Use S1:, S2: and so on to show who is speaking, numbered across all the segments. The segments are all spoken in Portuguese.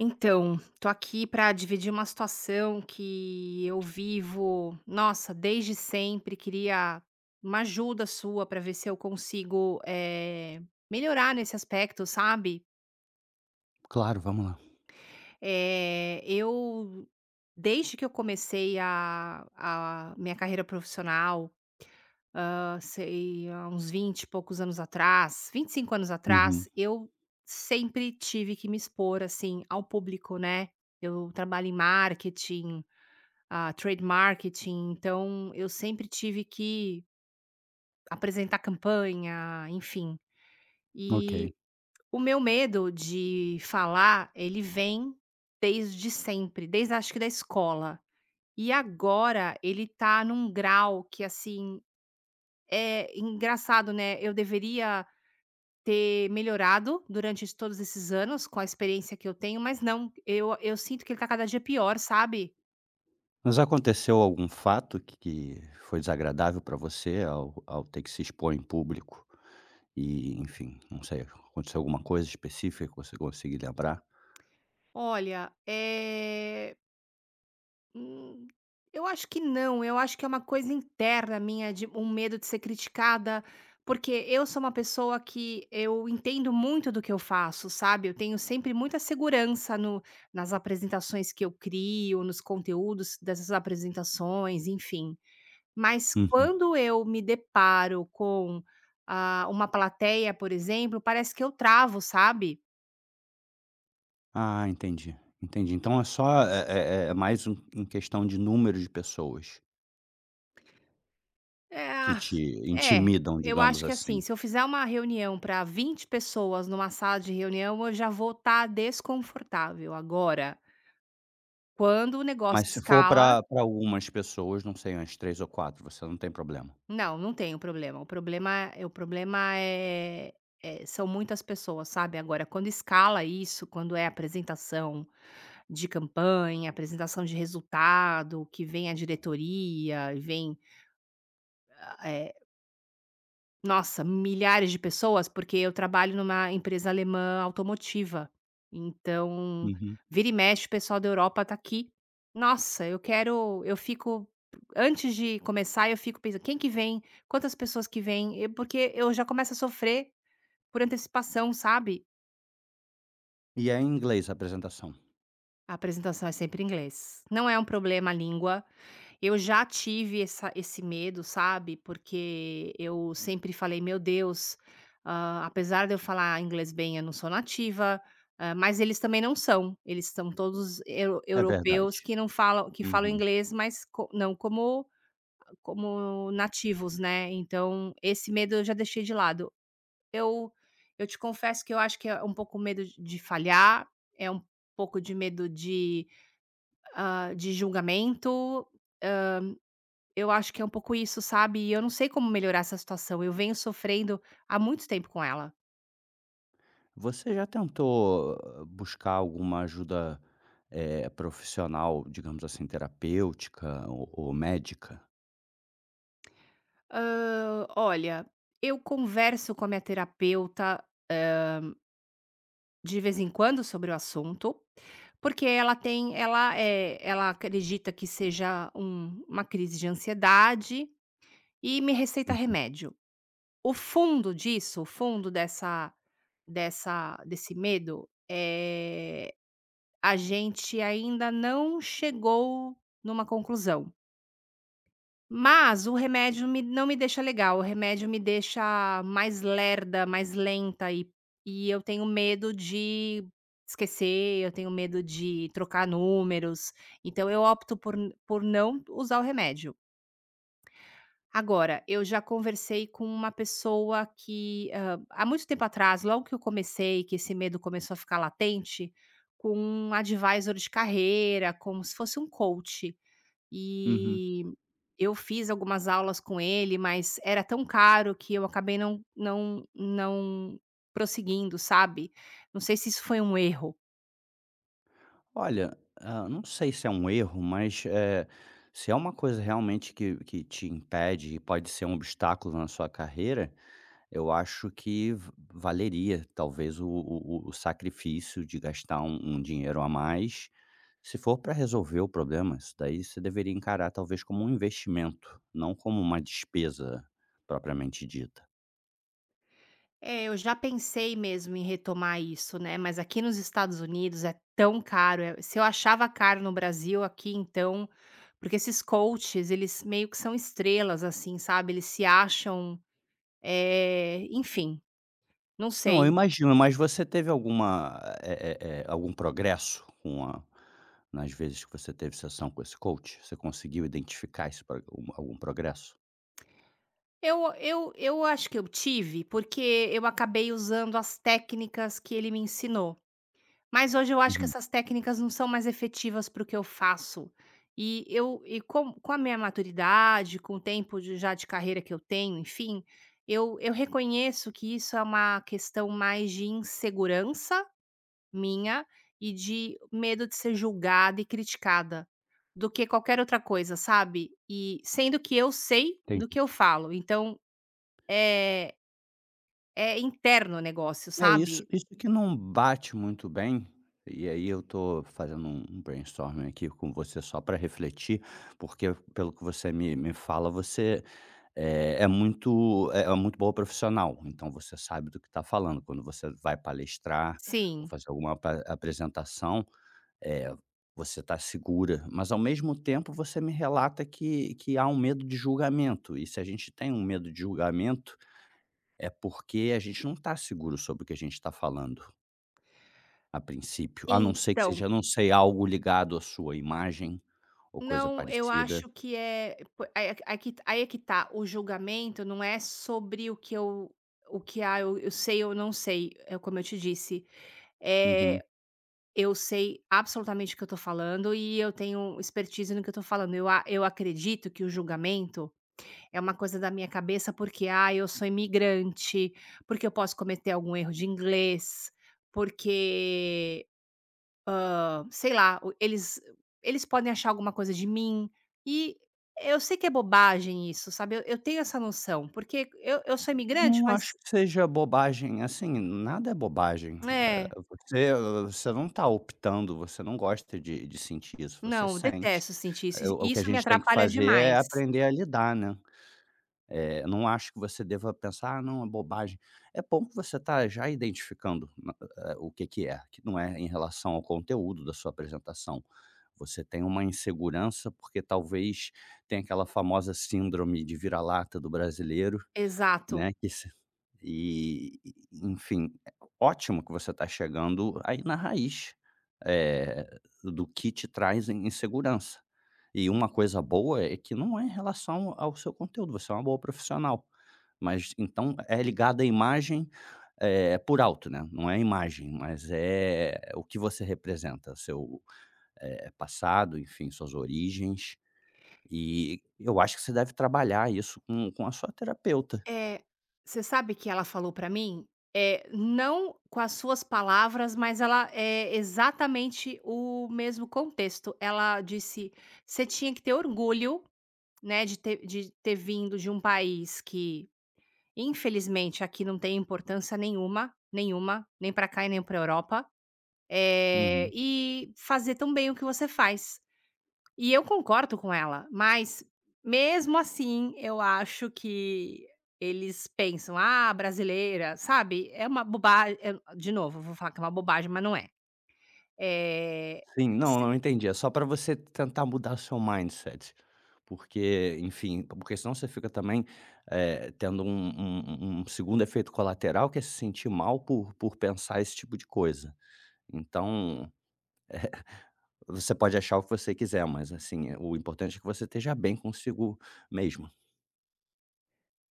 S1: Então, tô aqui pra dividir uma situação que eu vivo, nossa, desde sempre. Queria uma ajuda sua pra ver se eu consigo melhorar nesse aspecto, sabe?
S2: Claro, vamos lá.
S1: Eu desde que eu comecei a minha carreira profissional, sei, há uns 20, e poucos anos atrás, 25 anos
S2: Uhum,
S1: atrás, eu sempre tive que me expor, assim, ao público, né. Eu trabalho em marketing, trade marketing, então eu sempre tive que apresentar campanha, enfim.
S2: ok.
S1: E o meu medo de falar, ele vem desde sempre, desde acho que da escola. E agora ele tá num grau que, assim, é engraçado, né, eu deveria ter melhorado durante todos esses anos com a experiência que eu tenho, mas não, eu sinto que ele tá cada dia pior, sabe.
S2: Mas aconteceu algum fato que foi desagradável para você ao ter que se expor em público e, enfim, não sei, aconteceu alguma coisa específica que você conseguir lembrar?
S1: Olha, é. Hum, eu acho que não, eu acho que é uma coisa interna minha de um medo de ser criticada, porque eu sou uma pessoa que eu entendo muito do que eu faço, sabe? Eu tenho sempre muita segurança no, nas apresentações que eu crio, nos conteúdos dessas apresentações, enfim. Mas
S2: Uhum.
S1: quando eu me deparo com uma plateia, por exemplo, parece que eu travo, sabe?
S2: Ah, entendi, entendi. Então é só é é é é mais um em questão de número de pessoas
S1: É,
S2: que te
S1: é,
S2: intimidam,
S1: eu
S2: digamos
S1: acho que
S2: assim.
S1: assim, se eu fizer uma reunião para 20 pessoas numa sala de reunião, eu já vou estar desconfortável. Agora, quando o
S2: Mas
S1: negócio
S2: se for
S1: escala,
S2: para algumas pessoas, não sei, umas 3 ou 4, você não tem problema?
S1: não, não tenho problema. O problema é, são muitas pessoas, sabe? Agora, quando escala isso, quando é apresentação de campanha, apresentação de resultado, que vem a diretoria, vem eh, nossa, milhares de pessoas, porque eu trabalho numa empresa alemã automotiva. Então,
S2: Uhum.
S1: vira e mexe, o pessoal da Europa tá aqui. Nossa, eu fico antes de começar, eu fico pensando: "Quem que vem? Quantas pessoas que vêm?" E porque eu já começo a sofrer por antecipação, sabe?
S2: E é em inglês a apresentação?
S1: A apresentação é sempre em inglês. Não é um problema a língua. Eu já tive essa esse medo, sabe, porque eu sempre falei: "Meu Deus, apesar de eu falar inglês bem, eu não sou nativa", mas eles também não são. Eles são todos eu
S2: É verdade.
S1: europeus que falam
S2: Uhum.
S1: inglês, mas co não como nativos, né. Então esse medo eu já deixei de lado. Eu eu te confesso que eu acho que é um pouco medo de falhar, é um pouco de medo de de julgamento, eu acho que é um pouco isso, sabe. E eu não sei como melhorar essa situação, eu venho sofrendo há muito tempo com ela.
S2: Você já tentou buscar alguma ajuda, profissional, digamos assim, terapêutica ou médica?
S1: Olha, eu converso com a minha terapeuta, eh, de vez em quando sobre o assunto, porque ela, é, ela acredita que seja uma crise de ansiedade e me receita
S2: Uhum.
S1: remédio. O fundo disso, o fundo dessa desse medo, a gente ainda não chegou numa conclusão, mas o remédio me não me deixa legal, o remédio me deixa mais lerda, mais lenta e eu tenho medo de esquecer, eu tenho medo de trocar números, então eu opto por não usar o remédio. Agora, eu já conversei com uma pessoa que, há muito tempo atrás, logo que eu comecei, que esse medo começou a ficar latente, com um advisor de carreira, como se fosse um coach.
S2: Uhum.
S1: E eu fiz algumas aulas com ele, mas era tão caro que eu acabei não prosseguindo, sabe. Não sei se isso foi um erro.
S2: Olha, não sei se é um erro, mas, se é uma coisa realmente que te impede e pode ser um obstáculo na sua carreira, eu acho que v valeria talvez o sacrifício de gastar um dinheiro a mais. Se for para resolver o problema, isso daí você deveria encarar talvez como um investimento, não como uma despesa propriamente dita.
S1: É, eu já pensei mesmo em retomar isso, né, mas aqui nos Estados Unidos é tão caro, se eu achava caro no Brasil, aqui então porque esses coaches, eles meio que são estrelas, assim, sabe, eles se acham, enfim, não
S2: Não, eu
S1: sei.
S2: imagino, mas você teve alguma, algum progresso com a nas vezes que você teve sessão com esse coach? Você conseguiu identificar esse pro um- algum progresso?
S1: Eu acho que eu tive, porque eu acabei usando as técnicas que ele me ensinou. Mas hoje eu acho que
S2: Uhum,
S1: essas técnicas não são mais efetivas para o que eu faço. E eu e com a minha maturidade, com o tempo de já de carreira que eu tenho, enfim, eu reconheço que isso é uma questão mais de insegurança minha e de medo de ser julgada e criticada, do que qualquer outra coisa, sabe. E sendo que eu sei do
S2: entendi.
S1: que eu falo, então, é é interno o negócio,
S2: É isso
S1: sabe.
S2: isso que não bate muito bem, e aí eu tô fazendo um brainstorming aqui com você só para refletir, porque pelo que você me fala você, é muito é é muito boa profissional, então você sabe do que está falando. Quando você vai palestrar ou
S1: Sim.
S2: fazer alguma apa apresentação, eh, você está segura, mas ao mesmo tempo você me relata que há um medo de julgamento, e se a gente tem um medo de julgamento, é porque a gente não está seguro sobre o que a gente está falando, a princípio, a não ser que
S1: Então
S2: seja, não sei, algo ligado à sua imagem ou coisa
S1: não, eu
S2: parecida.
S1: acho que é po aí aí que aí é que tá, o julgamento não é sobre o que eu ah, eu sei ou não sei, é como eu te disse,
S2: Uhum.
S1: eh, eu sei absolutamente o que eu tô falando e eu tenho expertise no que eu tô falando. Eu acredito que o julgamento é uma coisa da minha cabeça, porque, eu sou imigrante, porque eu posso cometer algum erro de inglês, porque sei lá, o eles eles podem achar alguma coisa de mim, e eu sei que é bobagem isso, sabe, eu tenho essa noção, porque eu sou imigrante,
S2: Não
S1: mas
S2: acho que seja bobagem, assim, nada é bobagem.
S1: é,
S2: Você você não está optando, você não gosta de sentir isso, você
S1: não,
S2: sente.
S1: detesto sentir isso,
S2: Eh, o o
S1: e
S2: que a
S1: isso me
S2: gente tem que
S1: atrapalha
S2: fazer é
S1: demais.
S2: aprender a lidar, né? Não acho que você deva pensar: "Ah, não, é bobagem". É bom que você está já identificando na o que que é, que não é em relação ao conteúdo da sua apresentação. Você tem uma insegurança, porque talvez tenha aquela famosa síndrome de vira-lata do brasileiro,
S1: Exato.
S2: né, que se e enfim, é ótimo que você está chegando aí na raiz, eh, do que te traz in- insegurança. E uma coisa boa é que não é em relação ao seu conteúdo, você é uma boa profissional, mas então é ligado à imagem, por alto, né, não é a imagem, mas é o que você representa, seu, passado, enfim, suas origens, e eu acho que você deve trabalhar isso com a sua terapeuta.
S1: Eh, você sabe que ela falou pra mim, é não com as suas palavras, mas ela é exatamente o mesmo contexto. Ela disse: "Você tinha que ter orgulho, né, de ter vindo de um país que." Infelizmente, aqui não tem importância nenhuma, nenhuma, nem para cá e nem para Europa,
S2: Uhum.
S1: e fazer tão bem o que você faz. E eu concordo com ela, mas mesmo assim, eu acho que eles pensam: "Ah, brasileira", sabe, é uma bobagem é de novo, vou falar que é uma bobagem, mas não é. Eh,
S2: Sim, não,
S1: se
S2: não entendi. É só para você tentar mudar o seu mindset, porque, enfim, porque senão você fica também, tendo um segundo efeito colateral que é se sentir mal por pensar esse tipo de coisa. Então, você pode achar o que você quiser, mas, assim, o importante é que você esteja bem consigo mesmo.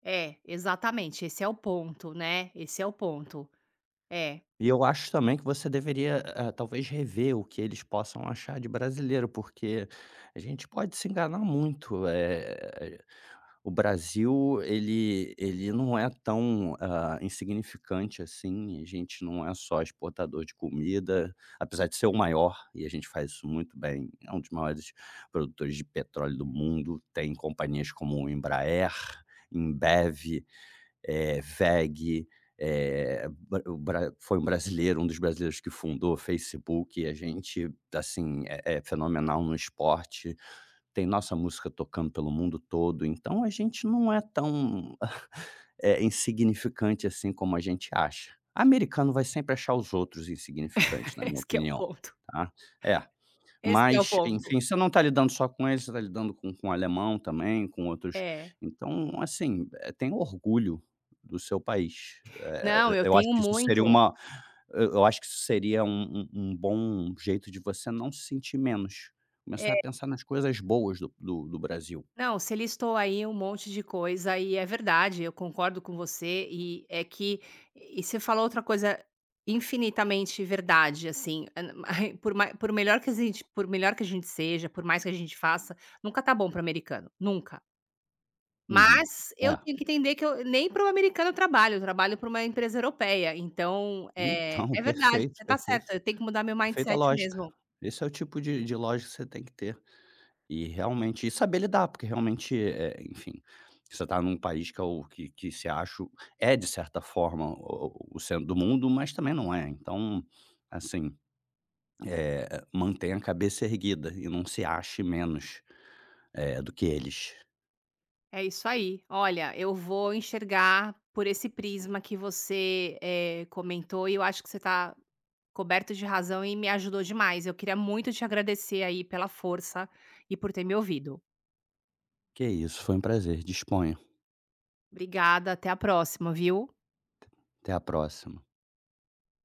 S1: é, exatamente, esse é o ponto, né, esse é o ponto. É,
S2: E eu acho também que você deveria, talvez rever o que eles possam achar de brasileiro, porque a gente pode se enganar muito, eh. O Brasil, ele não é tão, insignificante assim, a gente não é só exportador de comida, apesar de ser o maior, e a gente faz isso muito bem, é um dos maiores produtores de petróleo do mundo, tem companhias como o Embraer, Embev, WEG, bra o bra foi um brasileiro, um dos brasileiros que fundou o Facebook, a gente, assim, é fenomenal no esporte. Tem nossa música tocando pelo mundo todo, então a gente não é tão, insignificante assim como a gente acha. Americano vai sempre achar os outros insignificantes na minha
S1: esse que é o
S2: opinião,
S1: ponto,
S2: tá. É.
S1: esse que é o
S2: Mas,
S1: ponto.
S2: enfim, você não está lidando só com eles, você tá lidando com o alemão também, com outros.
S1: É.
S2: Então, assim, tenha orgulho do seu país.
S1: Não,
S2: Eh,
S1: eu
S2: eu acho
S1: tenho
S2: que isso seria
S1: muito
S2: uma eu acho que isso seria um bom jeito de você não se sentir menos.
S1: é,
S2: Começar a pensar nas coisas boas do Brasil.
S1: não, você listou aí um monte de coisa e é verdade, eu concordo com você e é que e você falou outra coisa infinitamente verdade, assim, por melhor que a gente seja, por mais que a gente faça, nunca tá bom para o americano, nunca.
S2: Uhum.
S1: Mas eu
S2: É.
S1: tenho que entender que eu nem para o americano eu trabalho para uma empresa europeia, então, é
S2: Então,
S1: é verdade,
S2: perfeito,
S1: você tá
S2: perfeito.
S1: certa, eu tenho que mudar meu
S2: Perfeita
S1: mindset
S2: lógica.
S1: mesmo.
S2: Esse é o tipo de lógica que você tem que ter. E realmente e saber lidar, porque realmente, enfim, você está num país que é o que que se acha é de certa forma o centro do mundo, mas também não é. Então, assim, mantenha a cabeça erguida e não se ache menos, do que eles.
S1: É isso aí. Olha, eu vou enxergar por esse prisma que você comentou e eu acho que você está coberto de razão e me ajudou demais. Eu queria muito te agradecer aí pela força e por ter me ouvido.
S2: Que é isso, foi um prazer, disponha.
S1: Obrigada, até a próxima, viu?
S2: Até a próxima.